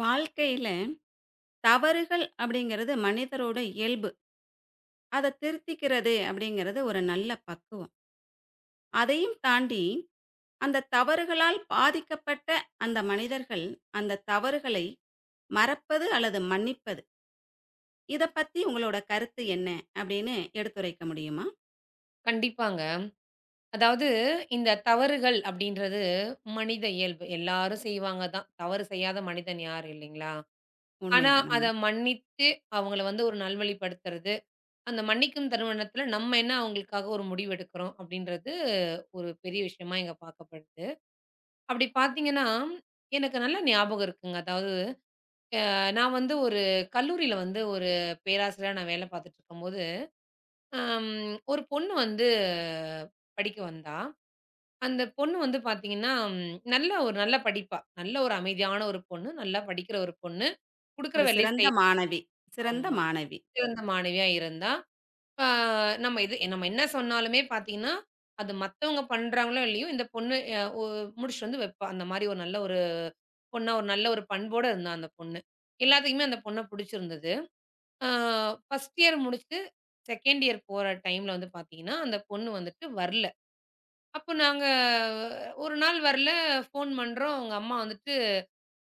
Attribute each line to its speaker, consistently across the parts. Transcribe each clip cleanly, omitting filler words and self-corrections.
Speaker 1: வாழ்க்கையில தவறுகள் அப்படிங்கிறது மனிதரோட இயல்பு. அத திருத்திக்கிறது அப்படிங்கிறது ஒரு நல்ல பக்குவம். அதையும் தாண்டி அந்த தவறுகளால் பாதிக்கப்பட்ட அந்த மனிதர்கள், அந்த தவறுகளை மறப்பது அல்லது மன்னிப்பது. இத பத்தி உங்களோட கருத்து என்ன? அப்படின்னு எடுத்துரைக்க முடியுமா?
Speaker 2: கண்டிப்பாங்க. அதாவது இந்த தவறுகள் அப்படின்றது மனித இயல்பு. எல்லாரும் செய்வாங்க தான். தவறு செய்யாத மனிதன் யாரும் இல்லைங்களா? ஆனா,
Speaker 1: உண்மைதானம்மா.
Speaker 2: அத மன்னித்து அவங்கள வந்து ஒரு நல்வழிப்படுத்துறது, அந்த மன்னிக்கும் தருணத்துல நம்ம என்ன அவங்களுக்காக ஒரு முடிவு எடுக்கிறோம் அப்படின்றது ஒரு பெரிய விஷயமா இங்க பார்க்கப்படுது. அப்படி பார்த்தீங்கன்னா, எனக்கு நல்லா ஞாபகம் இருக்குங்க. அதாவது நான் வந்து ஒரு கல்லூரியில வந்து ஒரு பேராசிரியரா நான் வேலை பார்த்துட்டு இருக்கும்போது, அம் ஒரு பொண்ணு வந்து படிக்க வந்தா. அந்த பொண்ணு வந்து பார்த்தீங்கன்னா, நல்ல ஒரு நல்ல படிப்பா. நல்ல ஒரு அமைதியான ஒரு பொண்ணு. நல்லா படிக்கிற ஒரு பொண்ணு. குடுக்குற
Speaker 1: ஒரு
Speaker 2: வேலைய
Speaker 1: சிறந்த
Speaker 2: செய்.
Speaker 1: மாணவி, சிறந்த
Speaker 2: ஆமா.
Speaker 1: மாணவி.
Speaker 2: சிறந்த மாணவியா இருந்தா. ஆ நம்ம இது என்ன சொன்னாலுமே பார்த்தீங்கன்னா, அது மத்தவங்க பண்றாங்களோ இல்லையோ, இந்த பொண்ணு அ ஒ முடிச்சுட்டு வந்து வைப்பா. அந்த மாரி ஒரு நல்ல ஒரு பொண்ணா, ஒரு நல்ல ஒரு பண்போட இருந்தா அந்த பொண்ணு. எல்லாத்துக்குமே அந்த பொண்ண புடிச்சிருந்தது. ஆ 1 இயர் முடிச்சுட்டு 2 இயர் போற டைம்ல வந்து பார்த்தீங்கன்னா, அந்த பொண்ணு வந்துட்டு வரல. அப்போ நாங்க ஒரு நாள் வரல, ஃபோன் பண்றோம். அவங்க அம்மா வந்துட்டு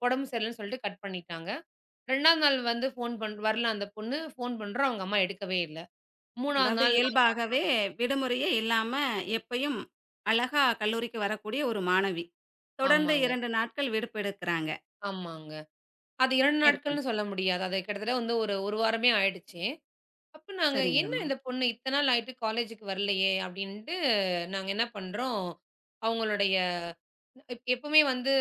Speaker 2: உடம்பு சரியில்லன்னு சொல்லிட்டு கட் பண்ணிட்டாங்க. 2வது நாள் வந்து ஃபோன் பண் வரல அந்த பொண்ணு. ஃபோன் பண்றோம், அவங்க அம்மா எடுக்கவே இல்ல. 3வது
Speaker 1: அதாவது
Speaker 2: நாள் நான்.
Speaker 1: இயல்பாகவே விடுமுறையே இல்லாம எப்பயும் அழகா கல்லூரிக்கு வரக்கூடிய ஒரு மாணவி. தொடர்ந்து
Speaker 2: ஆமாங்க,
Speaker 1: 2 நாட்கள் விடுப்பு எடுக்குறாங்க.
Speaker 2: ஆமாங்க. அது 2
Speaker 1: மேற்கொண்டு.
Speaker 2: நாட்கள்னு சொல்ல முடியாது. அது கிட்டத்தட்ட வந்து ஒரு 1 வாரமே ஆயிடுச்சு. அப்ப நாங்க, "என்ன
Speaker 1: சரிங்களம்மா.
Speaker 2: இந்த பொண்ணு இத்தன நாள் ஆயிட்டு காலேஜுக்கு வரலையே?" அப்படின்ட்டு நாங்க என்ன பண்றோம், அவங்களுடைய எப்பவுமே வந்து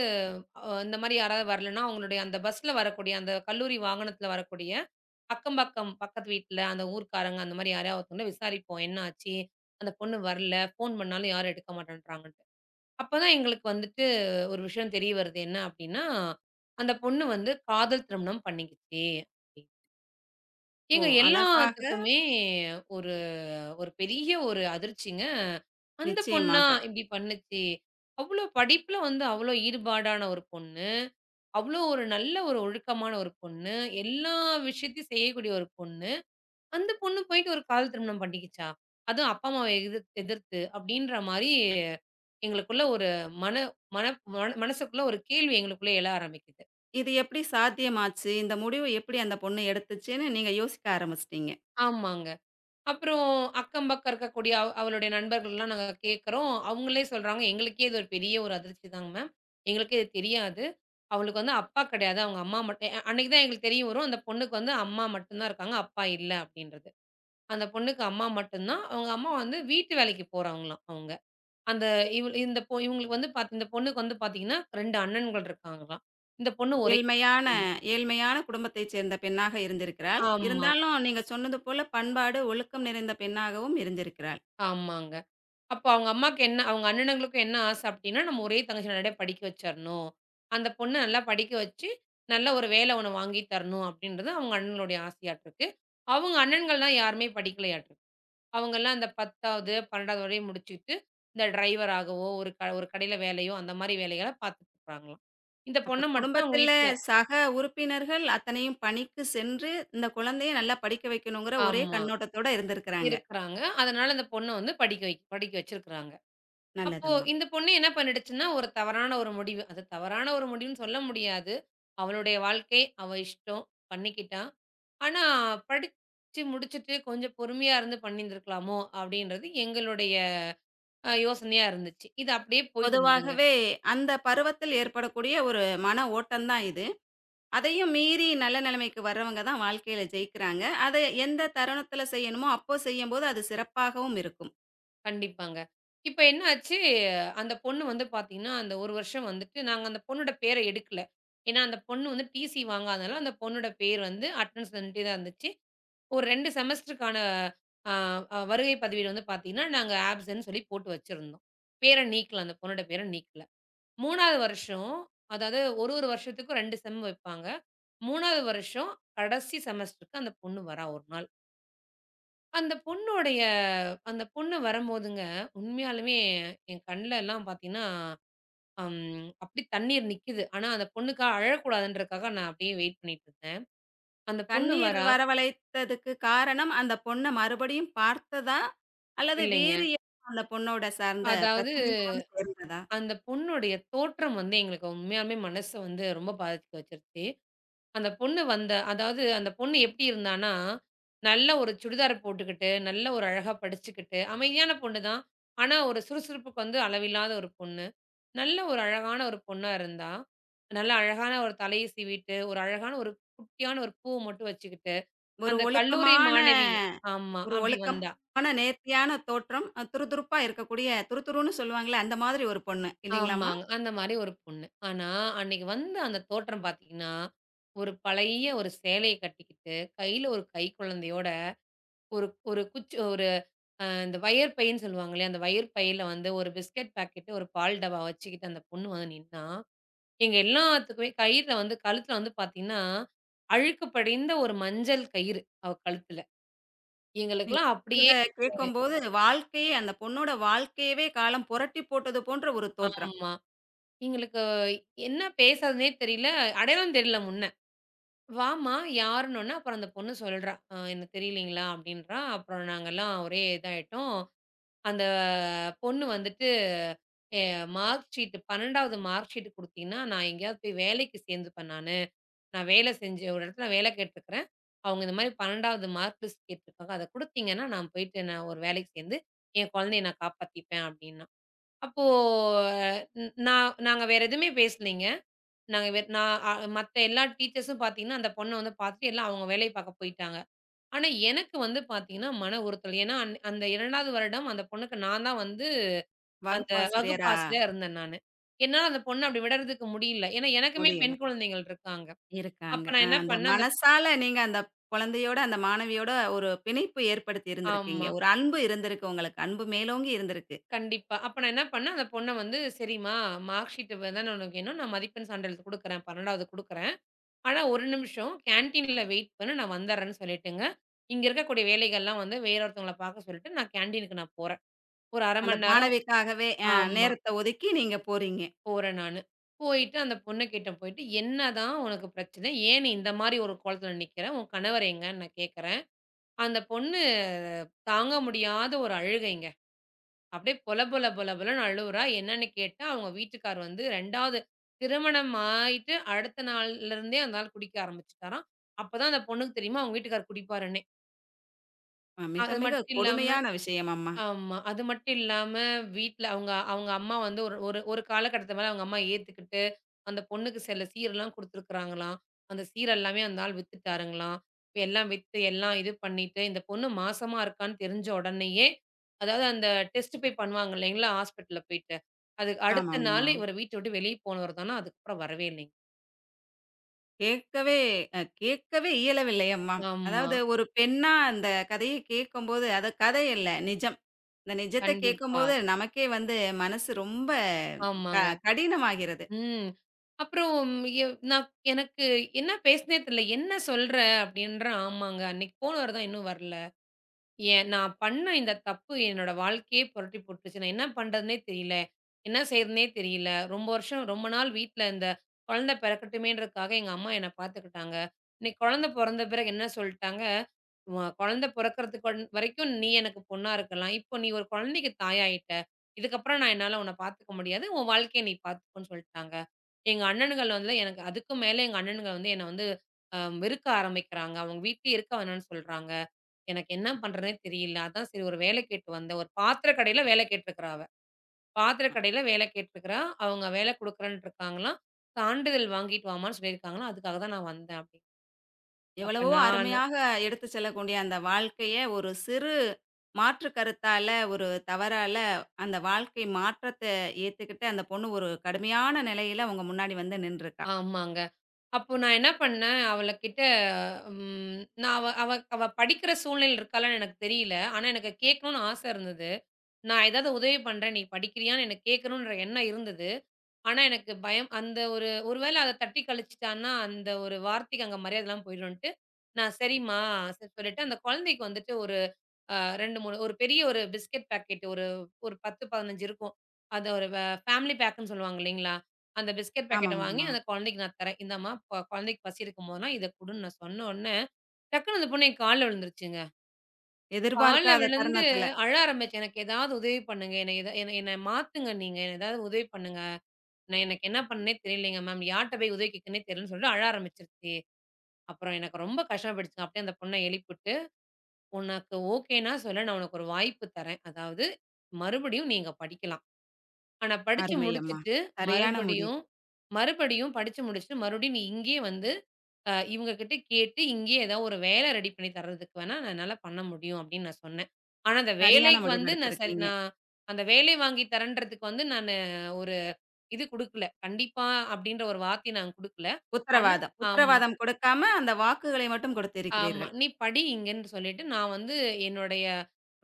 Speaker 2: இந்த மாரி யாராவது வரலன்னா, அவங்களுடைய அந்த பஸ்ல வரக்கூடிய, அந்த கல்லூரி வாகனத்துல வரக்கூடிய, அக்கம் பக்கம் பக்கத்து வீட்ல, அந்த ஊர்க்காரங்க அந்த மாரி யாரையா ஒருத்தவங்கள விசாரிப்போம். "என்ன ஆச்சு? அந்த பொண்ணு வரல. ஃபோன் பண்ணாலும் யாரும் எடுக்க மாட்டேன்றாங்கன்ட்டு." அப்பதான் எங்களுக்கு வந்துட்டு ஒரு விஷயம் தெரிய வருது. என்ன அப்டின்னா, அந்த பொண்ணு வந்து காதல் திருமணம் பண்ணிக்கிச்சு.
Speaker 1: ஓ!
Speaker 2: ஏங்க
Speaker 1: அழகாக.
Speaker 2: எல்லாத்துக்குமே ஒரு ஒரு பெரிய ஒரு அதிர்ச்சிங்க. அந்த பொண்ணா
Speaker 1: நிச்சயமாக.
Speaker 2: இப்படி பண்ணுச்சு. அவ்ளோ படிப்புல வந்து அவ்ளோ ஈடுபாடான ஒரு பொண்ணு. அவ்ளோ ஒரு நல்ல ஒரு ஒழுக்கமான ஒரு பொண்ணு. எல்லா விஷயத்தையும் செய்யக்கூடிய ஒரு பொண்ணு. அந்த பொண்ணு போயிட்டு ஒரு காதல் திருமணம் பண்ணிக்கிச்சா? அதுவும் அப்பா அம்மாவ எதிர்த்து அப்படின்ற மாரி எங்களுக்குள்ள ஒரு மன மன மன மனசுக்குள்ள ஒரு கேள்வி எங்களுக்குள்ள எழ ஆரம்பிக்குது.
Speaker 1: இது எப்படி சாத்தியமாச்சு? இந்த முடிவு எப்படி அந்த பொண்ணு எடுத்துச்சுன்னு நீங்க யோசிக்க ஆரம்பிச்சுட்டீங்க.
Speaker 2: ஆமாங்க. அப்புறம் அக்கம் பக்கம் இருக்கக்கூடிய அவளுடைய நண்பர்கள்லாம் நாங்க கேட்குறோம். அவங்களே சொல்றாங்க, "எங்களுக்கே இது ஒரு பெரிய ஒரு அதிர்ச்சி தாங்க மேம். எங்களுக்கே இது தெரியாது. அவளுக்கு வந்து அப்பா கிடையாது. அவங்க அம்மா மட்டும்." அன்னைக்கு தான் எங்களுக்கு தெரிய வரும். அந்த பொண்ணுக்கு வந்து அம்மா மட்டும் தான் இருக்காங்க. அப்பா இல்ல அப்படின்றது. அந்த பொண்ணுக்கு அம்மா மட்டும் தான். அவங்க அம்மா வந்து வீட்டு வேலைக்கு போறவங்களாம் அவங்க. அந்த இவள் இந்த பொ இவங்களுக்கு வந்து பாத் இந்த பொண்ணுக்கு வந்து பார்த்தீங்கன்னா, 2 அண்ணன்கள் இருக்காங்களாம். இந்த பொண்ணு ஒரே
Speaker 1: ஏழ்மையான
Speaker 2: பொண்ணு.
Speaker 1: ஏழ்மையான குடும்பத்தைச் சேர்ந்த பெண்ணாக இருந்திருக்கிறாள்.
Speaker 2: ஆமா.
Speaker 1: இருந்தாலும் நீங்க சொன்னது போல பண்பாடு, ஒழுக்கம் நிறைந்த பெண்ணாகவும் இருந்திருக்கிறாள்.
Speaker 2: ஆமாங்க. அப்ப அவங்க அம்மாக்கு என்ன அவங்க அண்ணனுங்களுக்கும் என்ன ஆசை அப்டின்னா, நம்ம ஒரே தங்கச்சிய நல்லபடியா படிக்க வச்சரணும். அந்த பொண்ணு நல்லா படிக்க வச்சு, நல்ல ஒரு வேல ஒண்ணு வாங்கி தரணும் அப்டின்றது அவங்க அண்ணனுடைய ஆசையாட்ருக்கு. அவங்க அண்ணன்கள்லாம் யாருமே படிக்கலையாட்ருக்கு. அவங்கலாம் அந்த 10வது, 12வது வரையும் முடிச்சுட்டு, இந்த டிரைவர் ஆகவோ, ஒரு கடையில வேலையோ அந்த மாரி வேலைகள பார்த்துட்டு இருக்காங்களாம். இந்த
Speaker 1: அப்ப
Speaker 2: பொண்ண மட்டும் அவங்க
Speaker 1: குடும்பத்தில
Speaker 2: வீட்ல.
Speaker 1: சக உறுப்பினர்கள் அத்தனையும் பணிக்கு சென்று, இந்த குழந்தைய நல்லா படிக்க வைக்கணுங்கிற ஒரே
Speaker 2: ஆமா.
Speaker 1: கண்ணோட்டத்தோட இருந்திருக்கிறாங்க.
Speaker 2: இருக்குறாங்க. அதனால அந்த பொண்ண வந்து படிக்க வச்சிருக்கிறாங்க. அப்போ
Speaker 1: நல்லதம்மா.
Speaker 2: இந்த பொண்ணு என்ன பண்ணிடுச்சுன்னா, ஒரு தவறான ஒரு முடிவு. அது தவறான ஒரு முடிவுன்னு சொல்ல முடியாது. அவளுடைய வாழ்க்கை, அவ இஷ்டம். பண்ணிக்கிட்டா. ஆனா, படிச்சு முடிச்சுட்டு கொஞ்சம் பொறுமையா இருந்து பண்ணியிருந்திருக்கலாமோ! அப்பிடின்றது எங்களுடைய யோசனையா இருந்துச்சு. இது அப்பிடியே போயிட்டு இருந்ததுங்க.
Speaker 1: பொதுவாகவே அந்த பருவத்தில் ஏற்படக்கூடிய ஒரு மன ஓட்டம் தான் இது. அதையும் மீறி நல்ல நிலைமைக்கு வர்றவங்க தான் வாழ்க்கையில ஜெயிக்கிறாங்க. அதை எந்த தருணத்தில செய்யணுமோ அப்போ செய்யும்போது அது சிறப்பாகவும் இருக்கும்.
Speaker 2: கண்டிப்பாங்க. இப்ப என்ன ஆச்சு, அந்த பொண்ணு வந்து பார்த்தீங்கன்னா, அந்த 1 வருஷம் வந்துட்டு நாங்க அந்த பொண்ணோட பேர எடுக்கல. ஏன்னா, அந்த பொண்ணு வந்து டிசி வாங்காதனால, அந்த பொண்ணோட பேர் வந்து அட்டெண்டன்ஸ்ல நின்னுட்டே தான் இருந்துச்சு. ஒரு 2 செமஸ்டருக்கான அ அ வருகை பதிவீடு வந்து பார்த்தீங்கன்னா, நாங்க ஆப்ஸ்ன்னு சொல்லி போட்டு வச்சிருந்தோம். பேர நீக்கல. அந்த பொண்ணோட பேர நீக்கல. 3வது வருஷம் அதாவது ஒரு வருஷத்துக்கும் 2 செம் வைப்பாங்க. 3வது வருஷம் கடைசி செமஸ்டருக்கு அந்த பொண்ணு வரா ஒரு நாள். அந்த பொண்ணுடைய அந்த பொண்ணு வரும்போதுங்க, உண்மையாலுமே என் கண்ல எல்லாம் பார்த்தீங்கன்னா, அம் அப்படியே தண்ணீர் நிக்குது. ஆனா அந்த பொண்ணுக்காக அழக்கூடாதுன்றதுக்காக நான் அப்படியே வெயிட் பண்ணிட்டு இருந்தேன். அந்த பொண்ணு
Speaker 1: கண்ணீர்
Speaker 2: வரா.
Speaker 1: வரவழைத்ததுக்கு காரணம் அந்த பொண்ண மறுபடியும் பார்த்ததா? அல்லது
Speaker 2: இல்லைங்க.
Speaker 1: வேறு ஏதோ அந்த பொண்ணோட சார்ந்த
Speaker 2: அதாவது
Speaker 1: பிரச்சனைகளும் சேர்ந்ததா?
Speaker 2: அந்த பொண்ணுடைய தோற்றம் வந்து எங்களுக்கு உண்மையாலுமே மனச வந்து ரொம்ப பாதிக்க வச்சுருச்சு. அந்த பொண்ணு வந்த அதாவது அந்த பொண்ணு எப்படி இருந்தான்னா, நல்ல ஒரு சுடிதார் போட்டுக்கிட்டு, நல்ல ஒரு அழகா படிச்சுக்கிட்டு, அமைதியான பொண்ணு தான். ஆனா, ஒரு சுறுசுறுப்புக்கு வந்து அளவில்லாத ஒரு பொண்ணு. நல்ல ஒரு அழகான ஒரு பொண்ணா இருந்தா. நல்ல அழகான ஒரு தலைய சீவிட்டு, ஒரு அழகான ஒரு குட்டியான ஒரு பூ மட்டும் வச்சுக்கிட்டு,
Speaker 1: ஒரு
Speaker 2: அந்த கல்லூரி
Speaker 1: ஒழுக்கமான
Speaker 2: மாணவி. ஆமா.
Speaker 1: ஒரு
Speaker 2: அப்படி வந்தா.
Speaker 1: ஒழுக்கமான நேர்த்தியான தோற்றம். துறுதுறுப்பா இருக்கக்கூடிய, துருதுருன்னு சொல்லுவாங்கல்ல, அந்த மாதிரி ஒரு பொண்ணு இல்லைங்களாம்மா?
Speaker 2: ஆமாங்க. அந்த மாரி ஒரு பொண்ணு. ஆனா, அன்னைக்கு வந்த அந்த தோற்றம் பார்த்தீங்கன்னா, ஒரு பழைய ஒரு சேலைய கட்டிக்கிட்டு, கையில ஒரு கைக்குழந்தையோட, ஒரு ஒரு குச்சி ஒரு அ இந்த வயர் பைன்னு சொல்லுவாங்க இல்லையா? அந்த வயர் பையில வந்து ஒரு பிஸ்கட் பாக்கெட்டு, ஒரு பால் டப்பா வச்சுக்கிட்டு அந்த பொண்ணு வந்து நின்னா, எங்க எல்லாத்துக்குமே கயிறுல வந்து கழுத்துல வந்து பார்த்தீங்கன்னா, அழுக்கு படிந்த ஒரு மஞ்சள் கயிறு அவ கழுத்துல.
Speaker 1: நீங்க
Speaker 2: எங்களுக்கெல்லாம் அப்படியே.
Speaker 1: சொல்றத கேட்கும்போது வாழ்க்கையே அந்த பொண்ணோட வாழ்க்கையவே காலம் புரட்டி போட்டது போன்ற ஒரு தோற்றம்.
Speaker 2: ஆமா. எங்களுக்கு என்ன பேசறதுன்னே தெரியல. அடையாளம் தெரியல முன்னாடி. வாம்மா! யாருன்னோன்னே, அப்புறம் அந்த பொண்ணு சொல்றா. எனக்கு தெரியலைங்களா" அப்படின்றா. அப்புறம் நாங்கலாம் ஒரே இதாயிட்டோம். அந்த பொண்ணு வந்துட்டு, "எ மார்க் ஷீட் 12வது மார்க் ஷீட் குடுத்தீங்கன்னா, நான் எங்கேயாவது போய் வேலைக்கு சேர்ந்துப்பேன் நானு. நான் வேலை செஞ்சு ஒரு இடத்துல வேலை கேட்டுருக்கிறேன். அவங்க இந்த மாரி 12வது மார்க் லிஸ்ட் கேட்டுருக்காங்க. அத குடுத்தீங்கன்னா, நான் போயிட்டு நான் ஒரு வேலைக்கு சேர்ந்து, என் குழந்தைய நான் காப்பாத்திப்பேன்" அப்படின்னா. அப்போ, ந நான் நாங்க வேற எதுவுமே பேசலைங்க. நாங்க வே நான் அ மத்த எல்லா டீச்சர்ஸும் பார்த்தீங்கன்னா, அந்த பொண்ண வந்து பார்த்துட்டு எல்லாம் அவங்க வேலைய பார்க்க போயிட்டாங்க. ஆனா, எனக்கு வந்து பார்த்தீங்கன்னா, மன உறுத்தல். ஏன்னா, அந்த 2வது வருடம் அந்த பொண்ணுக்கு நான் தான் வந்து அந்த வகுப்பு
Speaker 1: வகுப்பாசிரியரா.
Speaker 2: ஆசிரியரா இருந்தேன் நானு. என்னால அந்த பொண்ண அப்படி விடறதுக்கு முடியல. ஏன்னா, எனக்குமே
Speaker 1: முடியல.
Speaker 2: பெண் குழந்தைகள் இருக்காங்க. அப்ப
Speaker 1: இருக்காங்க.
Speaker 2: நான் என்ன
Speaker 1: அந்த
Speaker 2: பண்ணேன், அந்த
Speaker 1: மனசால நீங்க அந்த குழந்தையோட, அந்த மாணவியோட ஒரு பிணைப்பு ஏற்படுத்தி இருந்திருக்கீங்க.
Speaker 2: ஆமா.
Speaker 1: ஒரு அன்பு இருந்திருக்கு உங்களுக்கு. அன்பு மேலோங்கி இருந்திருக்கு.
Speaker 2: கண்டிப்பா. அப்ப நான் என்ன பண்ணேன், அந்த பொண்ண வந்து "சரிம்மா மார்க் ஷீட் தான உனக்கு வேணும். நான் மதிப்பெண் சான்றிதழ் குடுக்குறேன். 12வது குடுக்குறேன். ஆனா, ஒரு நிமிஷம் கேன்டீன்ல வெயிட் பண்ணு, நான் வந்துர்றேன்னு" சொல்லிட்டுங்க, இங்க இருக்கக்கூடிய வேலைகள்லாம் வந்து வேற ஒருத்தவங்கள பார்க்க சொல்லிட்டு, நான் கேன்டீனுக்கு நான் போறேன். ஒரு 1/2
Speaker 1: அந்த
Speaker 2: மணி நேரம்.
Speaker 1: மாணவிக்காகவே
Speaker 2: ஆமா,
Speaker 1: நேரத்த ஒதுக்கி நீங்க போறீங்க.
Speaker 2: போறேன் நானு. போயிட்டு அந்த பொண்ணுகிட்ட போயிட்டு, "என்னதான் உனக்கு பிரச்சனை? ஏன் நீ இந்த மாரி ஒரு கோலத்துல நிக்கிற? உன் கணவர் எங்கன்னு?" நான் கேட்கிறேன். அந்த பொண்ணு தாங்க முடியாத ஒரு அழுகைங்க. அப்படியே பொல பொல பொல பொலன்னு அழுவுறா. என்னன்னு கேட்டா, அவங்க வீட்டுக்கார் வந்து 2வது திருமணம் ஆயிட்டு அடுத்த நாள்ல இருந்தே அந்த ஆள் குடிக்க ஆரம்பிச்சுட்டாராம். அப்பதான் அந்த பொண்ணுக்கு தெரியுமா, அவங்க வீட்டுக்காரர் குடிப்பாருன்னே.
Speaker 1: அ மிக,
Speaker 2: அது
Speaker 1: மிக
Speaker 2: மட்டும் இல்லாம.
Speaker 1: கொடுமையான விஷயம் அம்மா.
Speaker 2: ஆமா. அது மட்டும் இல்லாம வீட்ல அவங்க அவங்க அம்மா வந்து ஒரு ஒரு ஒரு காலகட்டத்து மேல அவங்க அம்மா ஏத்துக்கிட்டு, அந்த பொண்ணுக்கு சில சீரெல்லாம் குடுத்துருக்காங்களாம். அந்த சீர் எல்லாமே அந்த ஆள் வித்துட்டாருங்களாம். இப்ப எல்லாம் வித்து எல்லாம் இது பண்ணிட்டு, இந்த பொண்ணு மாசமா இருக்கான்னு தெரிஞ்ச உடனேயே, அதாவது அந்த டெஸ்ட் போய் பண்ணுவாங்க இல்லைங்களா? ஹாஸ்பிட்டல்ல போயிட்டு. அதுக்கு அடுத்த நாள்
Speaker 1: ஆமாமாம்மா.
Speaker 2: இவரு வீட்ட விட்டு வெளிய போனவர் தானா, அதுக்கப்புறம் வரவே இல்லைங்க.
Speaker 1: கேட்கவே கேட்கவே இயலவில்லை அம்மா.
Speaker 2: ஆமா.
Speaker 1: அதாவது ஒரு பெண்ணா அந்த கதைய கேட்கும்போது, அது கதை இல்ல, நிஜம். இந்த நிஜத்த
Speaker 2: கண்டிப்பா.
Speaker 1: கேட்கும்போது நமக்கே வந்து மனசு ரொம்ப க
Speaker 2: ஆமாங்க.
Speaker 1: கடினமாகிறது.
Speaker 2: ம். அப்புறம் எ நான் எனக்கு என்ன பேசினே தெரியல. "என்ன சொல்ற?" அப்படின்றேன். "ஆமாங்க. அன்னைக்கு போன வாரம் தான் இன்னும் வரல. ஏன் நான் பண்ண இந்த தப்பு என்னோட வாழ்க்கையே புரட்டி போட்டுருச்சு. நான் என்ன பண்றதுன்னே தெரியல. என்ன செய்றதுன்னே தெரியல. ரொம்ப வருஷம் ரொம்ப நாள் வீட்ல இந்த குழந்தை பிறக்கட்டுமேன்றதுக்காக எங்க அம்மா என்ன பார்த்துக்கிட்டாங்க. இன்னைக்கு குழந்தை பொறந்த பிறகு என்ன சொல்ட்டாங்க, "உ குழந்தை பொறக்கறதுக்கு கொண் வரைக்கும் நீ எனக்கு பொண்ணா இருக்கலாம். இப்போ நீ ஒரு குழந்தைக்கு தாயாயிட்ட. இதுக்கப்புறம் நான் என்னால உன்ன பார்த்துக்க முடியாது. உன் வாழ்க்கைய நீ பார்த்துக்கோன்னு' சொல்ட்டாங்க. எங்க அண்ணனுங்கள் வந்து எனக்கு அதுக்கும் மேல எங்க அண்ணனுங்க வந்து என்ன வந்து அ வெறுக்க ஆரம்பிக்கிறாங்க. அவங்க வீட்லயே இருக்க வேணாம்னு சொல்றாங்க. எனக்கு என்ன பண்றதுன்னே தெரியல. அதான் சரி ஒரு வேலை கேட்டு வந்தேன். ஒரு பாத்திர கடையில வேலை கேட்டுருக்கிறா அவ. பாத்திர கடையில வேலை கேட்டுருக்கிறா. அவங்க வேலை குடுக்குறேன்ட்டு இருக்காங்களாம். சான்றிதழ் வாங்கிட்டு வாமான்னு சொல்லியிருக்காங்களாம். அதுக்காக தான் நான் வந்தேன்" அப்டின்னு. அப்ப
Speaker 1: எவ்வளவோ
Speaker 2: நானு
Speaker 1: அருமையாக எடுத்து செல்லக்கூடிய அந்த வாழ்க்கைய, ஒரு சிறு மாற்று கருத்தால, ஒரு தவறால அந்த வாழ்க்கை மாற்றத்த ஏத்துக்கிட்டு, அந்த பொண்ணு ஒரு கடுமையான நிலையில அவங்க முன்னாடி வந்து நின்றுக்கா.
Speaker 2: ஆமாங்க. அப்போ நான் என்ன பண்ணேன், அவளகிட்ட நான் அவ அவ அவ படிக்கிற சூழ்நிலையில இருக்காளான்னு எனக்கு தெரியல. ஆனா எனக்கு கேட்கணும்னு ஆசை இருந்தது. நான் ஏதாவது உதவி பண்றேன், நீ படிக்கிறியான்னு எனக்கு கேட்கணுன்ற எண்ணம் இருந்தது. ஆனா, எனக்கு பயம் அந்த ஒரு ஒரு வேள அத தட்டி கழிச்சுட்டான்னா, அந்த ஒரு வார்த்தைக்கு அங்க மரியாதைலாம் போயிடுன்ட்டு, நான் சரிம்மா சரி சொல்லிட்டு, அந்த குழந்தைக்கு வந்துட்டு ஒரு அ 2, 3 ஒரு பெரிய ஒரு பிஸ்கட் பாக்கெட் ஒரு ஒரு 10, 15 இருக்கும். அத ஒரு வ ஃபேமிலி பேக்குன்னு சொல்லுவாங்க இல்லைங்களா? அந்த பிஸ்கட் பாக்கெட்ட வாங்கி
Speaker 1: ஆமாமாம்மா.
Speaker 2: அந்த குழந்தைக்கு நான் தரேன். இந்தாம்மா குழந்தைக்கு பசி எடுக்கும்போதெல்லாம் இத குடுன்னு நான் சொன்ன உடனே, டக்குனு அந்த பொண்ணு என் கால்ல விழுந்துருச்சுங்க. கால்ல
Speaker 1: எதிர்பார்க்காத
Speaker 2: விழுந்து
Speaker 1: தருணத்துல.
Speaker 2: அழ ஆரம்பிச்சு, "எனக்கு ஏதாவது உதவி பண்ணுங்க. என்ன என்ன மாத்துங்க நீங்க. என்ன ஏதாவது உதவி பண்ணுங்க. நான் எனக்கு என்ன பண்ணேன்னே தெரியலைங்க மேம். யார்ட்ட போய் உதவி கேட்கன்னே தெரியலன்னு" சொல்லிட்டு அழ ஆரம்பிச்சுருச்சு. அப்புறம் எனக்கு ரொம்ப கஷ்டமாயிடுச்சுங்க. அப்படியே அந்த பொண்ண எழுப்பிவிட்டு, "உனக்கு ஓகேன்னா சொல்லு, நான் உனக்கு ஒரு வாய்ப்பு தரேன். அதாவது மறுபடியும் நீங்க படிக்கலாம். ஆனா படிச்சு
Speaker 1: அருமை அம்மா.
Speaker 2: முடிச்சுட்டு
Speaker 1: சரியான முடிவு.
Speaker 2: மறுபடியும் மறுபடியும் படிச்சு முடிச்சுட்டு மறுபடியும் நீ இங்கேயே வந்து இவங்க கிட்ட கேட்டு இங்கேயே ஏதாவது ஒரு வேலை ரெடி பண்ணி தர்றதுக்கு வேணா நான் என்னால பண்ண முடியும்" அப்படின்னு நான் சொன்னேன். ஆனா அந்த
Speaker 1: சரியான
Speaker 2: வேலைக்கு
Speaker 1: முடிவு
Speaker 2: வந்து நான் சரி
Speaker 1: எடுத்திருக்கீங்க.
Speaker 2: நான் அந்த வேலை வாங்கி தரேன்றதுக்கு வந்து நானு இது குடுக்கல. கண்டிப்பா அப்படின்ற ஒரு வார்த்தைய நான் குடுக்கல. ஆனா
Speaker 1: உத்தரவாதம்.
Speaker 2: ஆமா,
Speaker 1: உத்தரவாதம் கொடுக்காம அந்த வாக்குகளை மட்டும்
Speaker 2: ஆமா.
Speaker 1: கொடுத்திருக்கிறீர்கள்.
Speaker 2: "நீ படி இங்கன்னு" சொல்லிட்டு, நான் வந்து என்னுடைய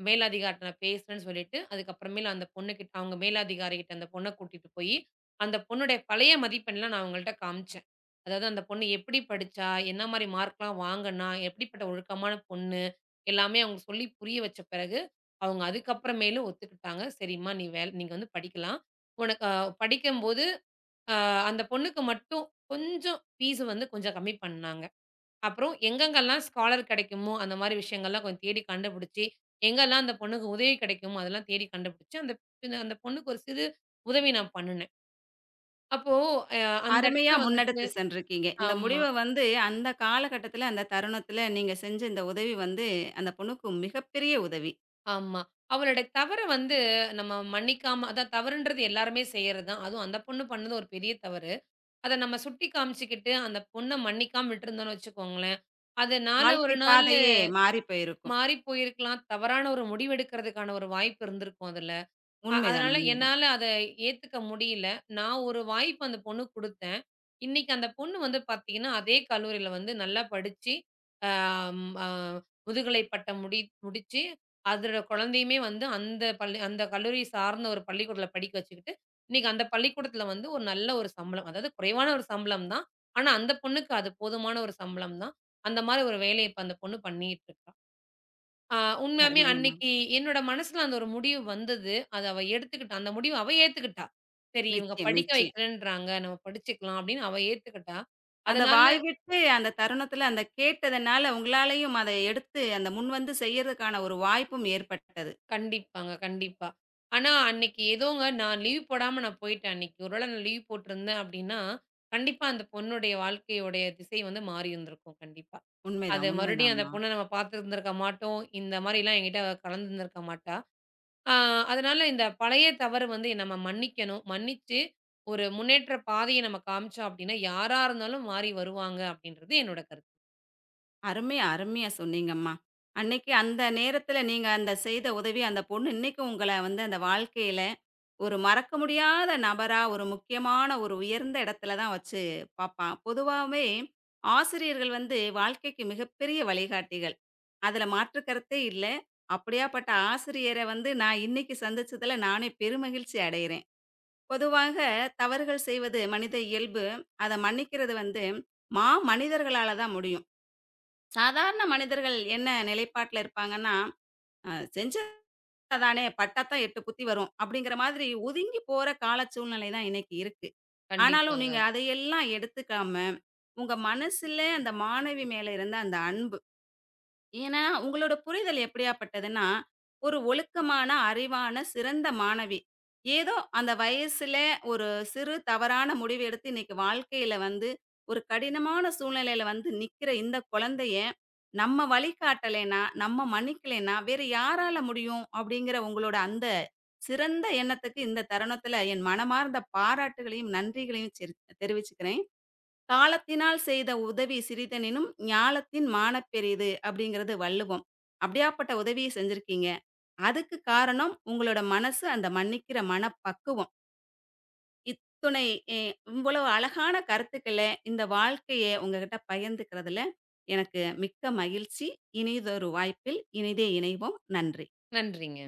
Speaker 2: மேலதிகாரிட்ட நான் பேசுறேன்னு சொல்லிட்டு, அதுக்கப்புறமேல் அந்த பொண்ணுகிட்ட அவங்க மேலதிகாரிகிட்ட அந்த பொண்ண கூட்டிட்டு போயி, அந்த பொண்ணுடைய பழைய மதிப்பெண்லாம் நான் அவங்கள்ட்ட காமிச்சேன். அதாவது அந்த பொண்ணு எப்படி படிச்சா? என்ன மாரி மார்க்லாம் வாங்குனா? எப்படிப்பட்ட ஒழுக்கமான பொண்ணு? எல்லாமே அவங்க சொல்லி புரிய வச்ச பிறகு, அவங்க அதுக்கப்புறமேலு ஒத்துக்கிட்டாங்க. "சரிம்மா, நீ வேல் நீங்க வந்து படிக்கலாம். உனக்கு படிக்கும்போது" அ அந்த பொண்ணுக்கு மட்டும் கொஞ்சம் ஃபீஸ் வந்து கொஞ்சம் கம்மி பண்ணாங்க. அப்புறம் எங்கெங்கலாம் ஸ்காலர் கெடைக்குமோ, அந்த மாரி விஷயங்கள்லாம் கொஞ்சம் தேடி கண்டுபிடிச்சு, எங்கெல்லாம் அந்த பொண்ணுக்கு உதவி கெடைக்குமோ, அதெல்லாம் தேடி கண்டுபிடிச்சு, அந்த பின்ன அந்த பொண்ணுக்கு ஒரு சிறு உதவி நான் பண்ணுனேன். அப்போ அ அந்த
Speaker 1: அருமையா
Speaker 2: இடத்துல வந்துட்டு
Speaker 1: முன்னெடுத்து சென்றிருக்கீங்க. இந்த
Speaker 2: ஆமா,
Speaker 1: முடிவ வந்து அந்த காலகட்டத்தில, அந்த தருணத்தில நீங்க செஞ்ச இந்த உதவி வந்து அந்த பொண்ணுக்கு மிகப்பெரிய உதவி.
Speaker 2: ஆமா. அவளோட தவற வந்து நம்ம மன்னிக்காம அதான் தவறுன்றது எல்லாருமே செய்றது தான். அதுவும் அந்த பொண்ணு பண்ணது ஒரு பெரிய தவறு. அத நம்ம சுட்டி காமிச்சுக்கிட்டு, அந்த பொண்ண மன்னிக்காம விட்டுருந்தோம்னு வச்சுக்கோங்களேன், அது நாள ஒரு
Speaker 1: வாழ்க்கை
Speaker 2: நாளு
Speaker 1: பாதையே மாறிப் போயிருக்கும்.
Speaker 2: மாறி போயிருக்கலாம். தவறான ஒரு முடிவெடுக்கிறதுக்கான ஒரு வாய்ப்பு இருந்திருக்கும் அதுல.
Speaker 1: உண்மைதான்,
Speaker 2: அதனால
Speaker 1: உண்மைதான்.
Speaker 2: என்னால அத ஏத்துக்க முடியல. நான் ஒரு வாய்ப்பு அந்த பொண்ணுக்கு குடுத்தேன். இன்னைக்கு அந்த பொண்ணு வந்து பாத்தீங்கன்னா, அதே கல்லூரியில வந்து நல்லா படிச்சு, அ ம் அ முதுகலை பட்டம் முடிச்சு, அதோட குழந்தையுமே வந்து அந்த கல்லூரி சார்ந்த ஒரு பள்ளிக்கூடத்துல படிக்க வச்சுக்கிட்டு, இன்னைக்கு அந்த பள்ளிக்கூடத்துல வந்து ஒரு நல்ல ஒரு சம்பளம். அதாவது குறைவான ஒரு சம்பளம் தான். ஆனா, அந்த பொண்ணுக்கு அது போதுமான ஒரு சம்பளம் தான். அந்த மாரி ஒரு வேலைய இப்ப அந்த பொண்ணு பண்ணிட்டு இருக்கா. ஆ உண்மையாமே
Speaker 1: அருமை அம்மா.
Speaker 2: அன்னைக்கு என்னோட மனசுல அந்த ஒரு முடிவு வந்தது. அத அவ எடுத்துக்கிட்டா. அந்த முடிவ அவ ஏத்துக்கிட்டா. சரி இவங்க
Speaker 1: நிச்சயம்,
Speaker 2: படிக்க
Speaker 1: நிச்சயம்.
Speaker 2: வைக்கிறேன்றாங்க. நம்ம படிச்சுக்கலாம் அப்படின்னு அவ ஏத்துக்கிட்டா.
Speaker 1: அந்த
Speaker 2: அதனால
Speaker 1: வாய்விட்டு அந்த தருணத்தில அந்த கேட்டதனால உங்களாலயும் அத எடுத்து அந்த முன்வந்து செய்யறதுக்கான ஒரு வாய்ப்பும் ஏற்பட்டது.
Speaker 2: கண்டிப்பாங்க, கண்டிப்பா. ஆனா அன்னைக்கு ஏதோங்க நான் லீவ் போடாம நான் போயிட்டேன் அன்னைக்கு. ஒருவேள நான் லீவ் போட்டிருந்தேன் அப்படின்னா, கண்டிப்பா அந்த பொண்ணுடைய வாழ்க்கையுடைய திசை வந்து மாறி இருந்திருக்கும் கண்டிப்பா. அது
Speaker 1: உண்மைதான்,
Speaker 2: மறுபடியும் அந்த
Speaker 1: உண்மைதாம்மா.
Speaker 2: பொண்ண நம்ம பார்த்திருந்திருக்க மாட்டோம். இந்த மாரிலாம் என்கிட்ட அவ கலந்துருந்திருக்க மாட்டா. ஆ அதனால இந்த பழைய தவறு வந்து நம்ம மன்னிக்கணும். மன்னிச்சு, ஒரு முன்னேற்ற பாதைய நம்ம காமிச்சோம் அப்டின்னா, யாரா இருந்தாலும் மாறி வருவாங்க அப்டின்றது என்னோட கருத்து.
Speaker 1: அருமையா, அருமையா சொன்னீங்கம்மா. அன்னைக்கு அந்த நேரத்துல நீங்க அந்த செய்த உதவி, அந்த பொண்ணு இன்னைக்கும் உங்கள வந்து அந்த வாழ்க்கையில ஒரு மறக்க முடியாத நபரா, ஒரு முக்கியமான ஒரு உயர்ந்த இடத்துல தான் வச்சு பாப்பா. பொதுவாவே ஆசிரியர்கள் வந்து வாழ்க்கைக்கு மிகப்பெரிய வழிகாட்டிகள். அதுல மாற்று கருத்தே இல்ல. அப்படியாப்பட்ட ஆசிரியர வந்து நான் இன்னைக்கு சந்திச்சதுல நானே பெருமகிழ்ச்சி அடையிறேன். பொதுவாக தவறுகள் செய்வது மனித இயல்பு. அத மன்னிக்கிறது வந்து மாமனிதர்களால தான் முடியும். சாதாரண மனிதர்கள் என்ன நிலைப்பாட்டுல இருப்பாங்கன்னா, "அ செஞ்சது தானே, பட்டா தான் 8 குத்தி வரும்." அப்படிங்கிற மாதிரி ஒதுங்கி போற கால சூழ்நிலை தான் இன்னைக்கு இருக்கு. ஆனாலும்
Speaker 2: கண்டிப்பாங்க.
Speaker 1: நீங்க அதையெல்லாம் எடுத்துக்காம, உங்க மனசுல அந்த மாணவி மேல இருந்த அந்த அன்பு. ஏன்னா, உங்களோட புரிதல் எப்படியாப்பட்டதுன்னா, ஒரு ஒழுக்கமான, அறிவான, சிறந்த மாணவி. ஏதோ அந்த வயசுல ஒரு சிறு தவறான முடிவு எடுத்து இன்னைக்கு வாழ்க்கையில வந்து, ஒரு கடினமான சூழ்நிலையில வந்து நிக்கிற இந்த குழந்தைய, நம்ம வழிகாட்டலைன்னா, நம்ம மன்னிக்கலைன்னா, வேற யாரால முடியும்? அப்படிங்கிற உங்களோட அந்த சிறந்த எண்ணத்துக்கு இந்த தருணத்துல என் மனமார்ந்த பாராட்டுகளையும், நன்றிகளையும் தெரிவிச்சுக்கிறேன். "காலத்தினால் செய்த உதவி சிறிதெனினும் ஞாலத்தின் மாணப் பெரிது" அப்படிங்கிறது வள்ளுவம். அப்படியாப்பட்ட உதவிய செஞ்சிருக்கீங்க. அதுக்கு காரணம் உங்களோட மனசு, அந்த மன்னிக்கிற மனப்பக்குவம். இத்துணை எ இவ்வளவு அழகான கருத்துக்கள, இந்த வாழ்க்கைய உங்ககிட்ட பகிர்ந்துக்கிறதுல எனக்கு மிக்க மகிழ்ச்சி. இனியதொரு வாய்ப்பில் இனிதே இணைவோம். நன்றி.
Speaker 2: நன்றிங்க.